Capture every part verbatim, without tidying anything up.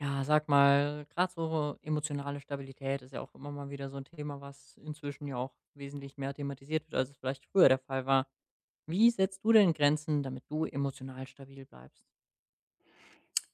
Ja, sag mal, gerade so emotionale Stabilität ist ja auch immer mal wieder so ein Thema, was inzwischen ja auch wesentlich mehr thematisiert wird, als es vielleicht früher der Fall war. Wie setzt du denn Grenzen, damit du emotional stabil bleibst?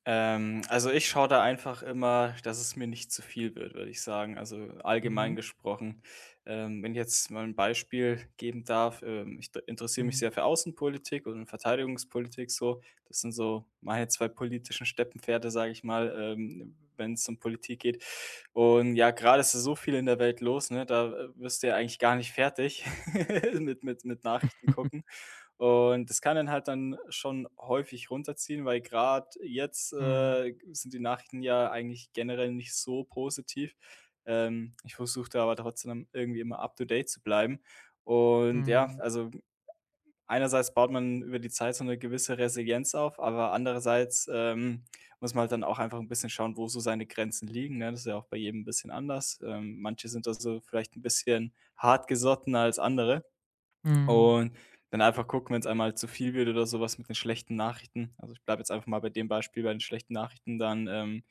Ähm, also, ich schaue da einfach immer, dass es mir nicht zu viel wird, würde ich sagen. Also, allgemein Mhm. gesprochen. Ähm, wenn ich jetzt mal ein Beispiel geben darf, ähm, ich d interessiere mich sehr Mhm. für Außenpolitik und Verteidigungspolitik so. Das sind so meine zwei politischen Steppenpferde, sage ich mal, ähm, wenn es um Politik geht. Und ja, gerade ist ja so viel in der Welt los, ne? Da äh, wirst du ja eigentlich gar nicht fertig mit mit mit Nachrichten gucken. Und das kann dann halt dann schon häufig runterziehen, weil gerade jetzt Mhm. äh, sind die Nachrichten ja eigentlich generell nicht so positiv. Ähm, ich versuche da aber trotzdem irgendwie immer up to date zu bleiben. Und ja, Mhm. also einerseits baut man über die Zeit so eine gewisse Resilienz auf, aber andererseits, ähm, muss man halt dann auch einfach ein bisschen schauen, wo so seine Grenzen liegen, ne? Das ist ja auch bei jedem ein bisschen anders. Ähm, manche sind da so vielleicht ein bisschen hartgesottener als andere. Mhm. Und dann einfach gucken, wenn es einmal zu viel wird oder so was mit den schlechten Nachrichten. Also, ich bleibe jetzt einfach mal bei dem Beispiel, bei den schlechten Nachrichten dann, ähm,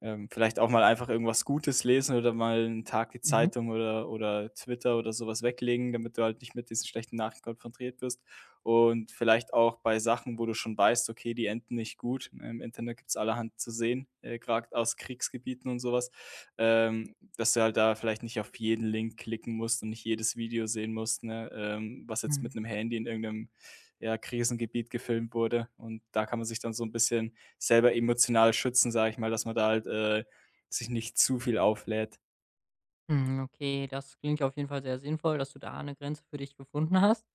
ähm, vielleicht auch mal einfach irgendwas Gutes lesen oder mal einen Tag die Mhm. Zeitung oder oder Twitter oder sowas weglegen, damit du halt nicht mit diesen schlechten Nachrichten konfrontiert wirst. Und vielleicht auch bei Sachen, wo du schon weißt, okay, die enden nicht gut. Im Internet gibt's allerhand zu sehen, äh, grad aus Kriegsgebieten und sowas. Ähm, dass du halt da vielleicht nicht auf jeden Link klicken musst und nicht jedes Video sehen musst, ne, ähm, was jetzt mit Mhm. einem Handy in irgend ja, Krisengebiet gefilmt wurde. Und da kann man sich dann so ein bisschen selber emotional schützen, sage ich mal, dass man da halt äh, sich nicht zu viel auflädt. Mhm, okay, das klingt auf jeden Fall sehr sinnvoll, dass du da eine Grenze für dich gefunden hast.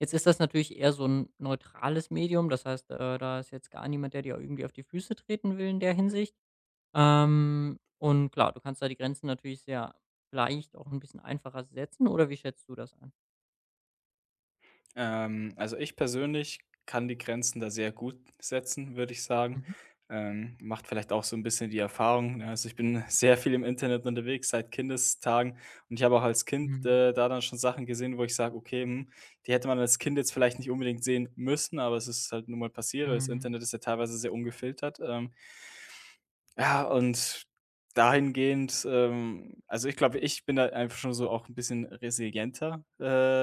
Jetzt ist das natürlich eher so ein neutrales Medium, das heißt, äh, da ist jetzt gar niemand, der dir irgendwie auf die Füße treten will in der Hinsicht. Ähm, und klar, du kannst da die Grenzen natürlich sehr leicht auch ein bisschen einfacher setzen oder wie schätzt du das ein? Ähm, also ich persönlich kann die Grenzen da sehr gut setzen, würde ich sagen. Mhm. Ähm, macht vielleicht auch so ein bisschen die Erfahrung, ne? Also, ich bin sehr viel im Internet unterwegs seit Kindestagen und ich habe auch als Kind Mhm. äh, da dann schon Sachen gesehen, wo ich sage: „Okay, hm, die hätte man als Kind jetzt vielleicht nicht unbedingt sehen müssen“, aber es ist halt nun mal passiert, weil das Mhm. Internet ist ja teilweise sehr ungefiltert, ähm, ja, und dahingehend, ähm also, ich glaube, ich bin da einfach schon so auch ein bisschen resilienter,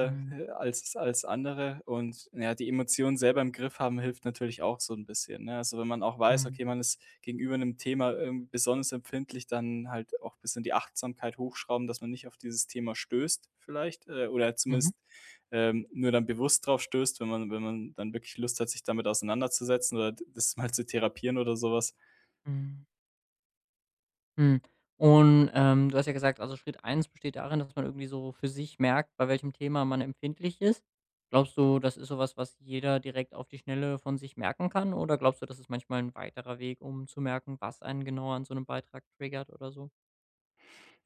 Mhm. als als andere und ja, die Emotionen selber im Griff haben hilft natürlich auch so ein bisschen, ne? Also, wenn man auch weiß, Mhm. okay, man ist gegenüber einem Thema irgendwie besonders empfindlich, dann halt auch ein bisschen die Achtsamkeit hochschrauben, dass man nicht auf dieses Thema stößt vielleicht, äh, oder Mhm. zumindest, ähm, nur dann bewusst drauf stößt, wenn man wenn man dann wirklich Lust hat, sich damit auseinanderzusetzen oder das mal zu therapieren oder sowas. Mhm. Mhm. Und, ähm, du hast ja gesagt, also, Schritt eins besteht darin, dass man irgendwie so für sich merkt, bei welchem Thema man empfindlich ist. Glaubst du, das ist sowas, was jeder direkt auf die Schnelle von sich merken kann oder glaubst du, das ist manchmal ein weiterer Weg, um zu merken, was einen genau an so einem Beitrag triggert oder so?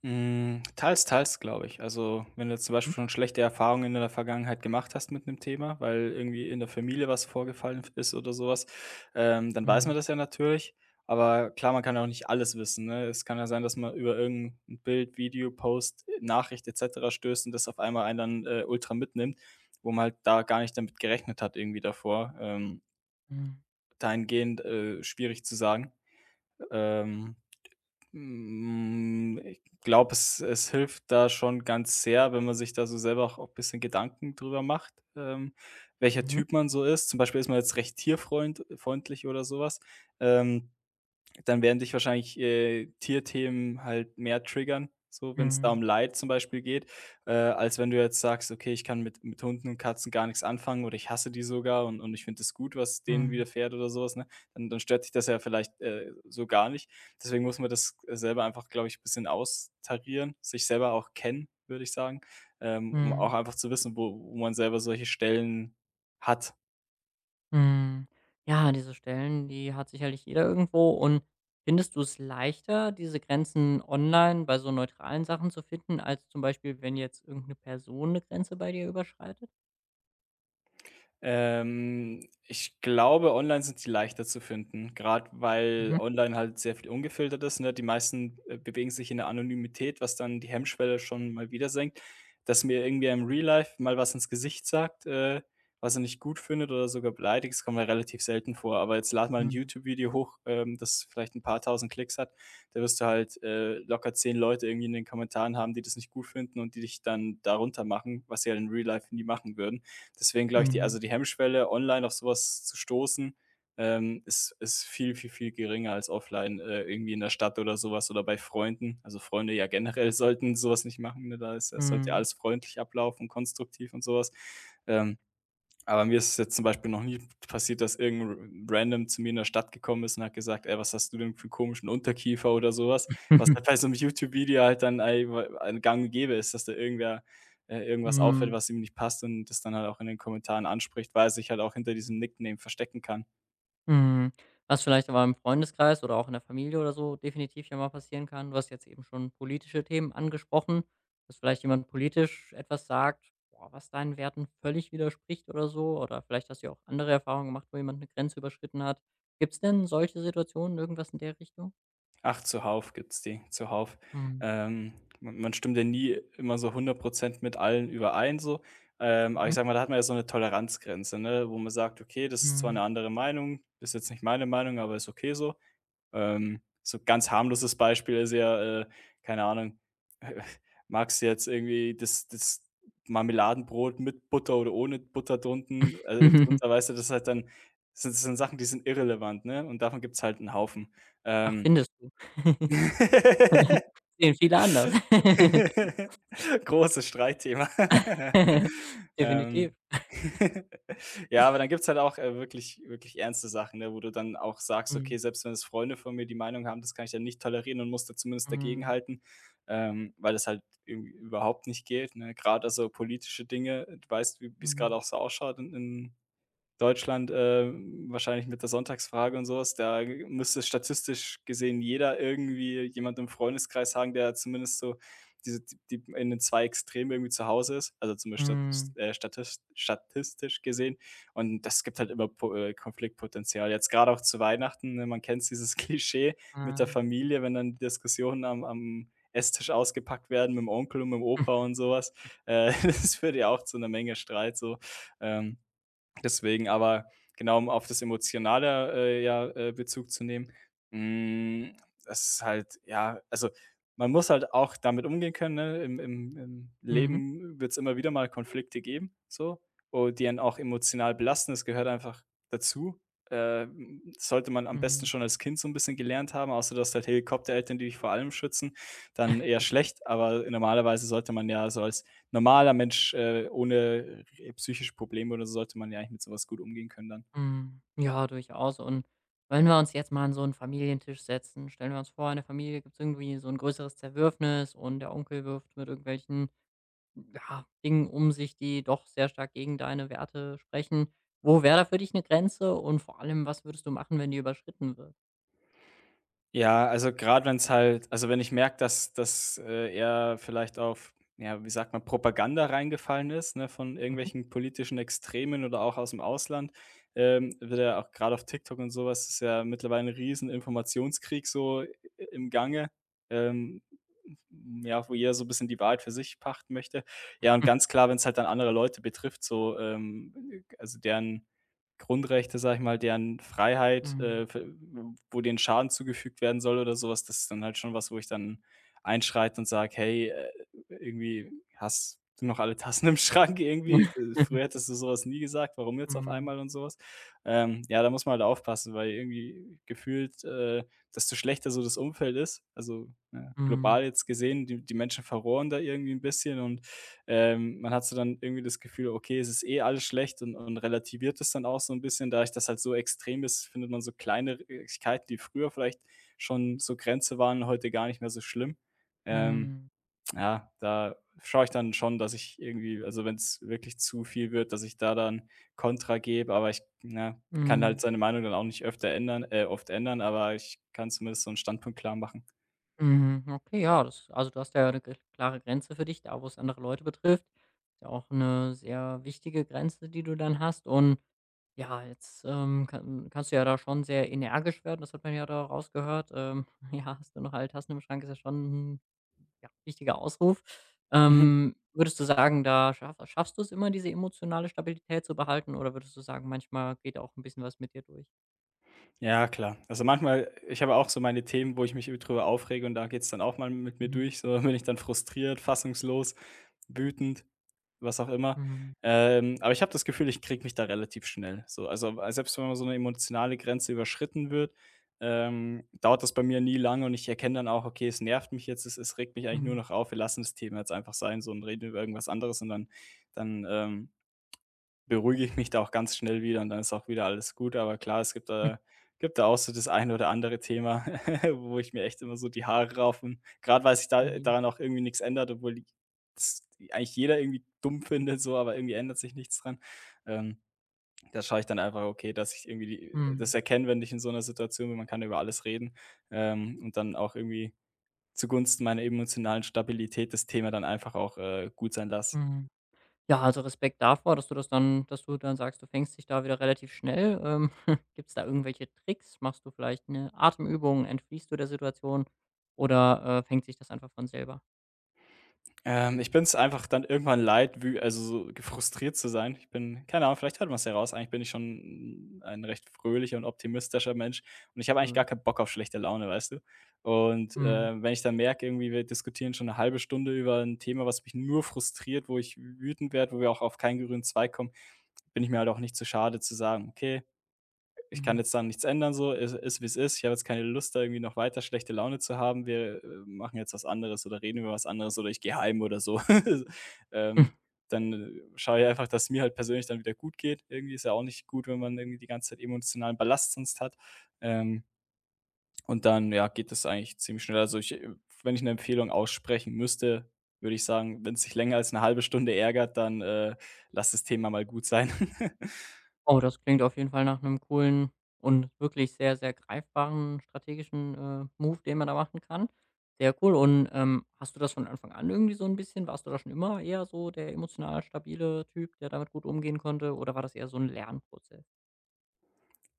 Hm, teils, teils, glaube ich. Also, wenn du jetzt zum Beispiel Mhm. schon schlechte Erfahrungen in der Vergangenheit gemacht hast mit einem Thema, weil irgendwie in der Familie was vorgefallen ist oder sowas, ähm, dann weiß Mhm. man das ja natürlich. Aber klar, man kann ja auch nicht alles wissen, ne? Es kann ja sein, dass man über irgendein Bild, Video, Post, Nachricht et cetera stößt und das auf einmal einen dann äh, ultra mitnimmt, wo man halt da gar nicht damit gerechnet hat irgendwie davor. Ähm, Mhm. dahingehend, äh, schwierig zu sagen. Ähm hm, ich glaube, es es hilft da schon ganz sehr, wenn man sich da so selber auch ein bisschen Gedanken drüber macht, ähm, welcher Mhm. Typ man so ist. Zum Beispiel ist man jetzt recht tierfreund freundlich oder sowas. Ähm dann werden dich wahrscheinlich äh, Tierthemen halt mehr triggern, so wenn's da um Mhm. Leid zum Beispiel geht, äh, als wenn du jetzt sagst: „Okay, ich kann mit mit Hunden und Katzen gar nichts anfangen oder ich hasse die sogar und und ich finde es gut, was denen Mhm. widerfährt“ oder sowas, ne? Dann dann stört dich das ja vielleicht äh, so gar nicht. Deswegen muss man das äh, selber einfach, glaube ich, ein bisschen austarieren, sich selber auch kennen, würde ich sagen, ähm, um auch Mhm. einfach zu wissen, wo wo man selber solche Stellen hat. Mhm. Ja, diese Stellen, die hat sicherlich jeder irgendwo. Und findest du es leichter, diese Grenzen online bei so neutralen Sachen zu finden, als zum Beispiel, wenn jetzt irgendeine Person eine Grenze bei dir überschreitet? Ähm, ich glaube, online sind die leichter zu finden, gerade weil Mhm. online halt sehr viel ungefiltert ist, ne? Die meisten äh, bewegen sich in der Anonymität, was dann die Hemmschwelle schon mal wieder senkt. Dass mir irgendwie im Real Life mal was ins Gesicht sagt äh, was er nicht gut findet oder sogar beleidigt, das kommt ja relativ selten vor. Aber jetzt lad mal ein Mhm. YouTube-Video hoch, ähm, das vielleicht ein paar Tausend Klicks hat, da wirst du halt äh, locker zehn Leute irgendwie in den Kommentaren haben, die das nicht gut finden und die dich dann darunter machen, was sie halt in Real Life nie machen würden. Deswegen glaube ich, die, Mhm. also die Hemmschwelle, online auf sowas zu stoßen, ähm, ist, ist viel, viel, viel geringer als offline äh, irgendwie in der Stadt oder sowas oder bei Freunden. Also Freunde ja generell sollten sowas nicht machen. Ne? Da ist, es sollte ja Mhm. alles freundlich ablaufen, konstruktiv und sowas. Ähm, aber mir ist es jetzt zum Beispiel noch nie passiert, dass irgend 'n Random zu mir in der Stadt gekommen ist und hat gesagt: „Ey, was hast du denn für 'n komischen Unterkiefer?“ oder sowas? Was, was halt bei so 'nem YouTube-Video halt dann ei ein gang und gäbe ist, dass da irgendwer äh, irgendwas auffällt, Mhm. was ihm nicht passt und das dann halt auch in den Kommentaren anspricht, weil er sich halt auch hinter diesem Nickname verstecken kann. Mhm. Was vielleicht aber im Freundeskreis oder auch in der Familie oder so definitiv ja mal passieren kann. Du hast jetzt eben schon politische Themen angesprochen, dass vielleicht jemand politisch etwas sagt, boah, was deinen Werten völlig widerspricht oder so. Oder vielleicht hast du ja auch andere Erfahrungen gemacht, wo jemand eine Grenze überschritten hat. Gibt es denn solche Situationen, irgendwas in der Richtung? Ach, zuhauf gibt's die, zuhauf. Mhm. Ähm, ma man stimmt ja nie immer so hundert Prozent mit allen überein so. Ähm, aber ich Mhm. sage mal, da hat man ja so 'ne Toleranzgrenze, ne, wo man sagt: „Okay, das ist zwar 'ne Mhm. andere Meinung, ist jetzt nicht meine Meinung, aber ist okay so.“ Ähm, so ganz harmloses Beispiel ist ja äh, keine Ahnung, magst du jetzt irgendwie das das Marmeladenbrot mit Butter oder ohne Butter drunten äh, drunter, weißt du? Das ist halt dann, das sind, das sind Sachen, die sind irrelevant, ne, und davon gibt's halt 'n Haufen. Ach, Ähm findest du. Sehen viele anders. Großes Streitthema. Definitiv. Ähm, ja, aber dann gibt's halt auch äh, wirklich wirklich ernste Sachen, ne, wo du dann auch sagst: „Okay, Mhm. selbst wenn es Freunde von mir die Meinung haben, das kann ich dann nicht tolerieren und musste zumindest Mhm. dagegenhalten“, ähm, weil das halt irgendwie überhaupt nicht geht, ne? Grad also politische Dinge, du weißt, wie wie es gerade Mhm. auch so ausschaut in Deutschland, ähm, wahrscheinlich mit der Sonntagsfrage und sowas. Da müsste statistisch gesehen jeder irgendwie jemand im Freundeskreis haben, der zumindest so diese die die in den zwei Extremen irgendwie zu Hause ist, also zumindest statis Mhm. äh, statis statistisch gesehen. Und das gibt halt immer po äh, Konfliktpotenzial. Jetzt gerade auch zu Weihnachten, ne, man kennt dieses Klischee mit Ah. der Familie, wenn dann Diskussionen am am Esstisch ausgepackt werden mit dem Onkel und mit dem Opa und sowas. Äh, das führt ja auch zu einer Menge Streit so. Ähm, Deswegen aber genau, um auf das Emotionale äh, ja äh, Bezug zu nehmen, hm, das ist halt ja, also, man muss halt auch damit umgehen können, ne? Im im im Mhm. Leben wird's immer wieder mal Konflikte geben, so, oh, die einen auch emotional belasten. Das gehört einfach dazu. Ähm, sollte man am besten Mhm, schon als Kind so ein bisschen gelernt haben, außer dass halt Helikoptereltern, die dich vor allem schützen, dann eher schlecht. Aber normalerweise sollte man ja so als normaler Mensch äh, ohne äh, psychische Probleme oder so sollte man ja eigentlich mit sowas gut umgehen können dann. mhm. Ja, durchaus. Und wenn wir uns jetzt mal an so einen Familientisch setzen, stellen wir uns vor, in der Familie gibt's irgendwie so ein größeres Zerwürfnis und der Onkel wirft mit irgendwelchen, ja, Dingen um sich, die doch sehr stark gegen deine Werte sprechen. Wo wäre da für dich eine Grenze und vor allem, was würdest du machen, wenn die überschritten wird? Ja, also gerade wenn es halt, also wenn ich merke, dass dass, äh, er vielleicht auf, ja, wie sagt man, Propaganda reingefallen ist, ne, von Mhm. irgendwelchen politischen Extremen oder auch aus dem Ausland, ähm, wird ja auch gerade auf TikTok und sowas ist ja mittlerweile ein riesen Informationskrieg so i im Gange, ähm, ja, wo jeder so ein bisschen die Wahrheit für sich pachten möchte. Ja, und ganz klar, wenn es halt dann andere Leute betrifft, so, ähm, also deren Grundrechte, sage ich mal, deren Freiheit, Mhm. äh, v wo denen Schaden zugefügt werden soll oder sowas, das ist dann halt schon was, wo ich dann einschreite und sage: „Hey, äh, irgendwie hast du noch alle Tassen im Schrank irgendwie? Mhm. Äh, Mhm. früher hättest du sowas nie gesagt, warum jetzt auf einmal?“ und sowas? Ähm, ja, da muss man halt aufpassen, weil irgendwie gefühlt äh, desto schlechter so das Umfeld ist also, ne, global Mhm. jetzt gesehen, die die Menschen verrohren da irgendwie ein bisschen und ähm, man hat so dann irgendwie das Gefühl, okay, es ist eh alles schlecht und und relativiert es dann auch so ein bisschen. Dadurch, dass halt so extrem ist, findet man so Kleinigkeiten, die früher vielleicht schon so Grenze waren, heute gar nicht mehr so schlimm. Ähm, Mhm. ja, da schaue ich dann schon, dass ich irgendwie also, wenn es wirklich zu viel wird, dass ich da dann Kontra gebe, aber ich, na, kann halt Mhm. seine Meinung dann auch nicht öfter ändern äh, oft ändern, aber ich kann zumindest so einen Standpunkt klar machen. Mhm, okay, ja, das also, du hast ja eine gl klare Grenze für dich, da wo's andere Leute betrifft. Ist ja auch eine sehr wichtige Grenze, die du dann hast und ja, jetzt, ähm, kann kannst du ja da schon sehr energisch werden, das hat man ja da rausgehört. Ähm, ja, hast du noch alle Tassen im Schrank, ist ja schon 'n, ja, wichtiger Ausruf. Ähm, würdest du sagen, da schaff schaffst du es immer, diese emotionale Stabilität zu behalten oder würdest du sagen, manchmal geht auch ein bisschen was mit dir durch? Ja, klar. Also manchmal ich habe auch so meine Themen, wo ich mich drüber aufrege und da geht's dann auch mal mit mir Mhm, durch. So, bin ich dann frustriert, fassungslos, wütend, was auch immer. mhm, Ähm, aber ich habe das Gefühl, ich kriege mich da relativ schnell. So, also äh, selbst wenn mal so eine emotionale Grenze überschritten wird, ähm, dauert das bei mir nie lange und ich erkenne dann auch: „Okay, es nervt mich jetzt, es es regt mich eigentlich nur mhm, noch auf. Wir lassen das Thema jetzt einfach sein so und reden über irgendwas anderes.“ Und dann dann, ähm beruhige ich mich da auch ganz schnell wieder und dann ist auch wieder alles gut. Aber klar, es gibt hm, da gibt da auch so das ein oder andere Thema, wo ich mir echt immer so die Haare raufen. Gerade weil sich da oh. daran auch irgendwie nichts ändert, obwohl i das eigentlich jeder irgendwie dumm findet so, aber irgendwie ändert sich nichts dran. Ähm, Da schaue ich dann einfach, okay, dass ich irgendwie die das Mhm, erkenne, wenn ich in so einer Situation bin, man kann über alles reden, ähm, und dann auch irgendwie zugunsten meiner emotionalen Stabilität das Thema dann einfach auch, äh, gut sein lasse. mhm. Ja, also Respekt davor, dass du das dann dass du dann sagst, du fängst dich da wieder relativ schnell. Ähm, gibt's da irgendwelche Tricks? Machst du vielleicht eine Atemübung? Entfliehst du der Situation oder, äh, fängt sich das einfach von selber? Ähm, ich bin es einfach dann irgendwann leid, wü also, so frustriert zu sein. Ich bin keine Ahnung, vielleicht hört man's ja raus. Eigentlich bin ich schon ein recht fröhlicher und optimistischer Mensch und ich habe eigentlich gar Schön. keinen Bock auf schlechte Laune, weißt du? Und, Mhm, äh, wenn ich dann merke, irgendwie, wir diskutieren schon eine halbe Stunde über ein Thema, was mich nur frustriert, wo ich wütend werde, wo wir auch auf keinen grünen Zweig kommen, bin ich mir halt auch nicht zu schade zu sagen: „Okay, ich kann mhm. jetzt daran nichts ändern so, ist ist, wie es ist. Ich habe jetzt keine Lust, da irgendwie noch weiter schlechte Laune zu haben. Wir, äh, machen jetzt was anderes oder reden über was anderes oder ich gehe heim oder so.“ Hm. Ähm, Dann, äh, schaue ich einfach, dass es mir halt persönlich dann wieder gut geht. Irgendwie ist ja auch nicht gut, wenn man irgendwie die ganze Zeit emotionalen Ballast sonst hat. Ähm, und dann, ja, geht das eigentlich ziemlich schnell. Also, ich, äh wenn ich eine Empfehlung aussprechen müsste, würde ich sagen, wenn es sich länger als eine halbe Stunde ärgert, dann, äh, lass das Thema mal gut sein. Oh, das klingt auf jeden Fall nach einem coolen und wirklich sehr, sehr greifbaren strategischen, äh, Move, den man da machen kann. Sehr cool und, ähm, hast du das von Anfang an irgendwie so ein bisschen, warst du da schon immer eher so der emotional stabile Typ, der damit gut umgehen konnte, oder war das eher so ein Lernprozess?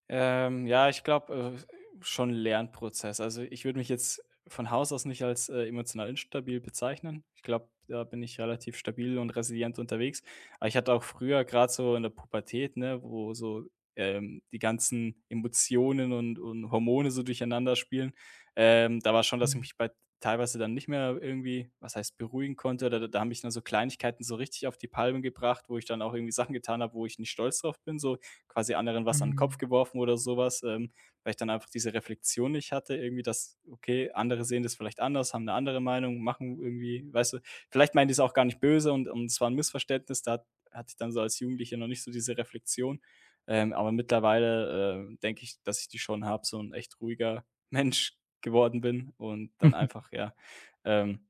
Ähm, ja, ich glaube, äh, schon Lernprozess. Also, ich würde mich jetzt von Haus aus nicht als, äh, emotional instabil bezeichnen. Ich glaube, da bin ich relativ stabil und resilient unterwegs. Aber ich hatte auch früher gerade so in der Pubertät, ne, wo so, ähm, die ganzen Emotionen und und Hormone so durcheinander spielen, ähm, da war schon, dass ich mich bei teilweise dann nicht mehr irgendwie, was heißt beruhigen konnte. Oder da da haben mich dann so Kleinigkeiten so richtig auf die Palme gebracht, wo ich dann auch irgendwie Sachen getan habe, wo ich nicht stolz drauf bin, so quasi anderen was an den Kopf Mhm. geworfen oder sowas, ähm, weil ich dann einfach diese Reflexion nicht hatte irgendwie, dass, okay, andere sehen das vielleicht anders, haben eine andere Meinung, machen irgendwie weißt du, vielleicht meinen die es auch gar nicht böse und und es war ein Missverständnis, da hat hatte ich dann so als Jugendlicher noch nicht so diese Reflexion. Ähm, aber mittlerweile, äh, denke ich, dass ich die schon habe, so ein echt ruhiger Mensch geworden bin und dann einfach, ja, ähm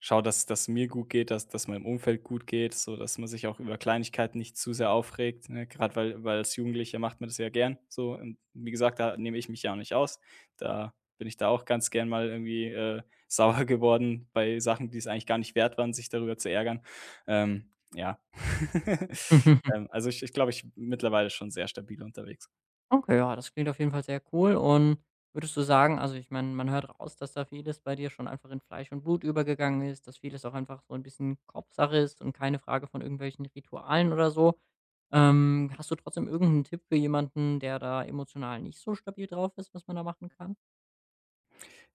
schau, dass dass mir gut geht, dass dass meinem Umfeld gut geht, so dass man sich auch über Kleinigkeiten nicht zu sehr aufregt, ne? Grad weil weil als Jugendlicher macht man das ja gern so und wie gesagt, da nehme ich mich ja auch nicht aus. Da bin ich da auch ganz gern mal irgendwie, äh, sauer geworden bei Sachen, die es eigentlich gar nicht wert waren, sich darüber zu ärgern. Ähm, ja. Ähm, also ich ich glaube, ich bin mittlerweile schon sehr stabil unterwegs. Okay, ja, das klingt auf jeden Fall sehr cool. Und würdest du sagen, also, ich meine, man hört raus, dass da vieles bei dir schon einfach in Fleisch und Blut übergegangen ist, dass vieles auch einfach so ein bisschen Kopfsache ist und keine Frage von irgendwelchen Ritualen oder so. Ähm, hast du trotzdem irgendeinen Tipp für jemanden, der da emotional nicht so stabil drauf ist, was man da machen kann?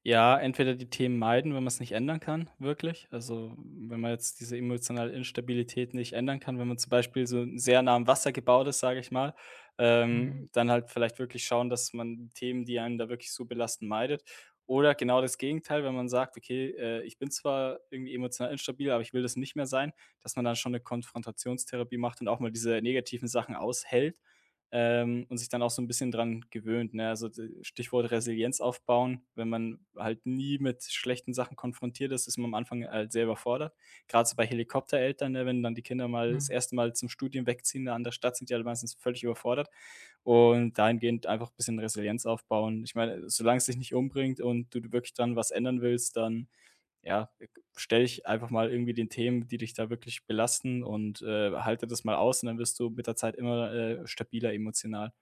Ja, entweder die Themen meiden, wenn man es nicht ändern kann, wirklich. Also, wenn man jetzt diese emotionale Instabilität nicht ändern kann, wenn man zum Beispiel so sehr nah am Wasser gebaut ist, sage ich mal, Mhm. ähm, dann halt vielleicht wirklich schauen, dass man Themen, die einen da wirklich so belasten, meidet. Oder genau das Gegenteil, wenn man sagt: „Okay, äh, ich bin zwar irgendwie emotional instabil, aber ich will das nicht mehr sein“, dass man dann schon eine Konfrontationstherapie macht und auch mal diese negativen Sachen aushält, ähm, und sich dann auch so 'n bisschen dran gewöhnt, ne? Also, d Stichwort Resilienz aufbauen. Wenn man halt nie mit schlechten Sachen konfrontiert ist, ist man am Anfang halt sehr überfordert. Grad so bei Helikoptereltern, ne, wenn dann die Kinder mal das Mhm. erste Mal zum Studium wegziehen in 'ne andere Stadt, sind die halt meistens völlig überfordert und dahingehend einfach bisschen Resilienz aufbauen. Ich meine, solange es dich nicht umbringt und du d wirklich dran was ändern willst, dann, ja, äh, stell dich einfach mal irgendwie den Themen, die dich da wirklich belasten und, äh, halte das mal aus und dann wirst du mit der Zeit immer, äh, stabiler emotional.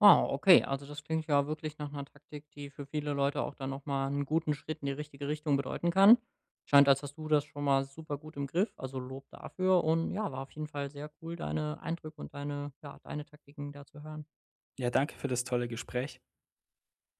Wow, okay. Also das klingt ja wirklich nach einer Taktik, die für viele Leute auch dann noch mal 'n guten Schritt in die richtige Richtung bedeuten kann. Scheint, als hast du das schon mal super gut im Griff, also Lob dafür und ja, war auf jeden Fall sehr cool, deine Eindrücke und deine, ja, deine Taktiken da zu hören. Ja, danke für das tolle Gespräch.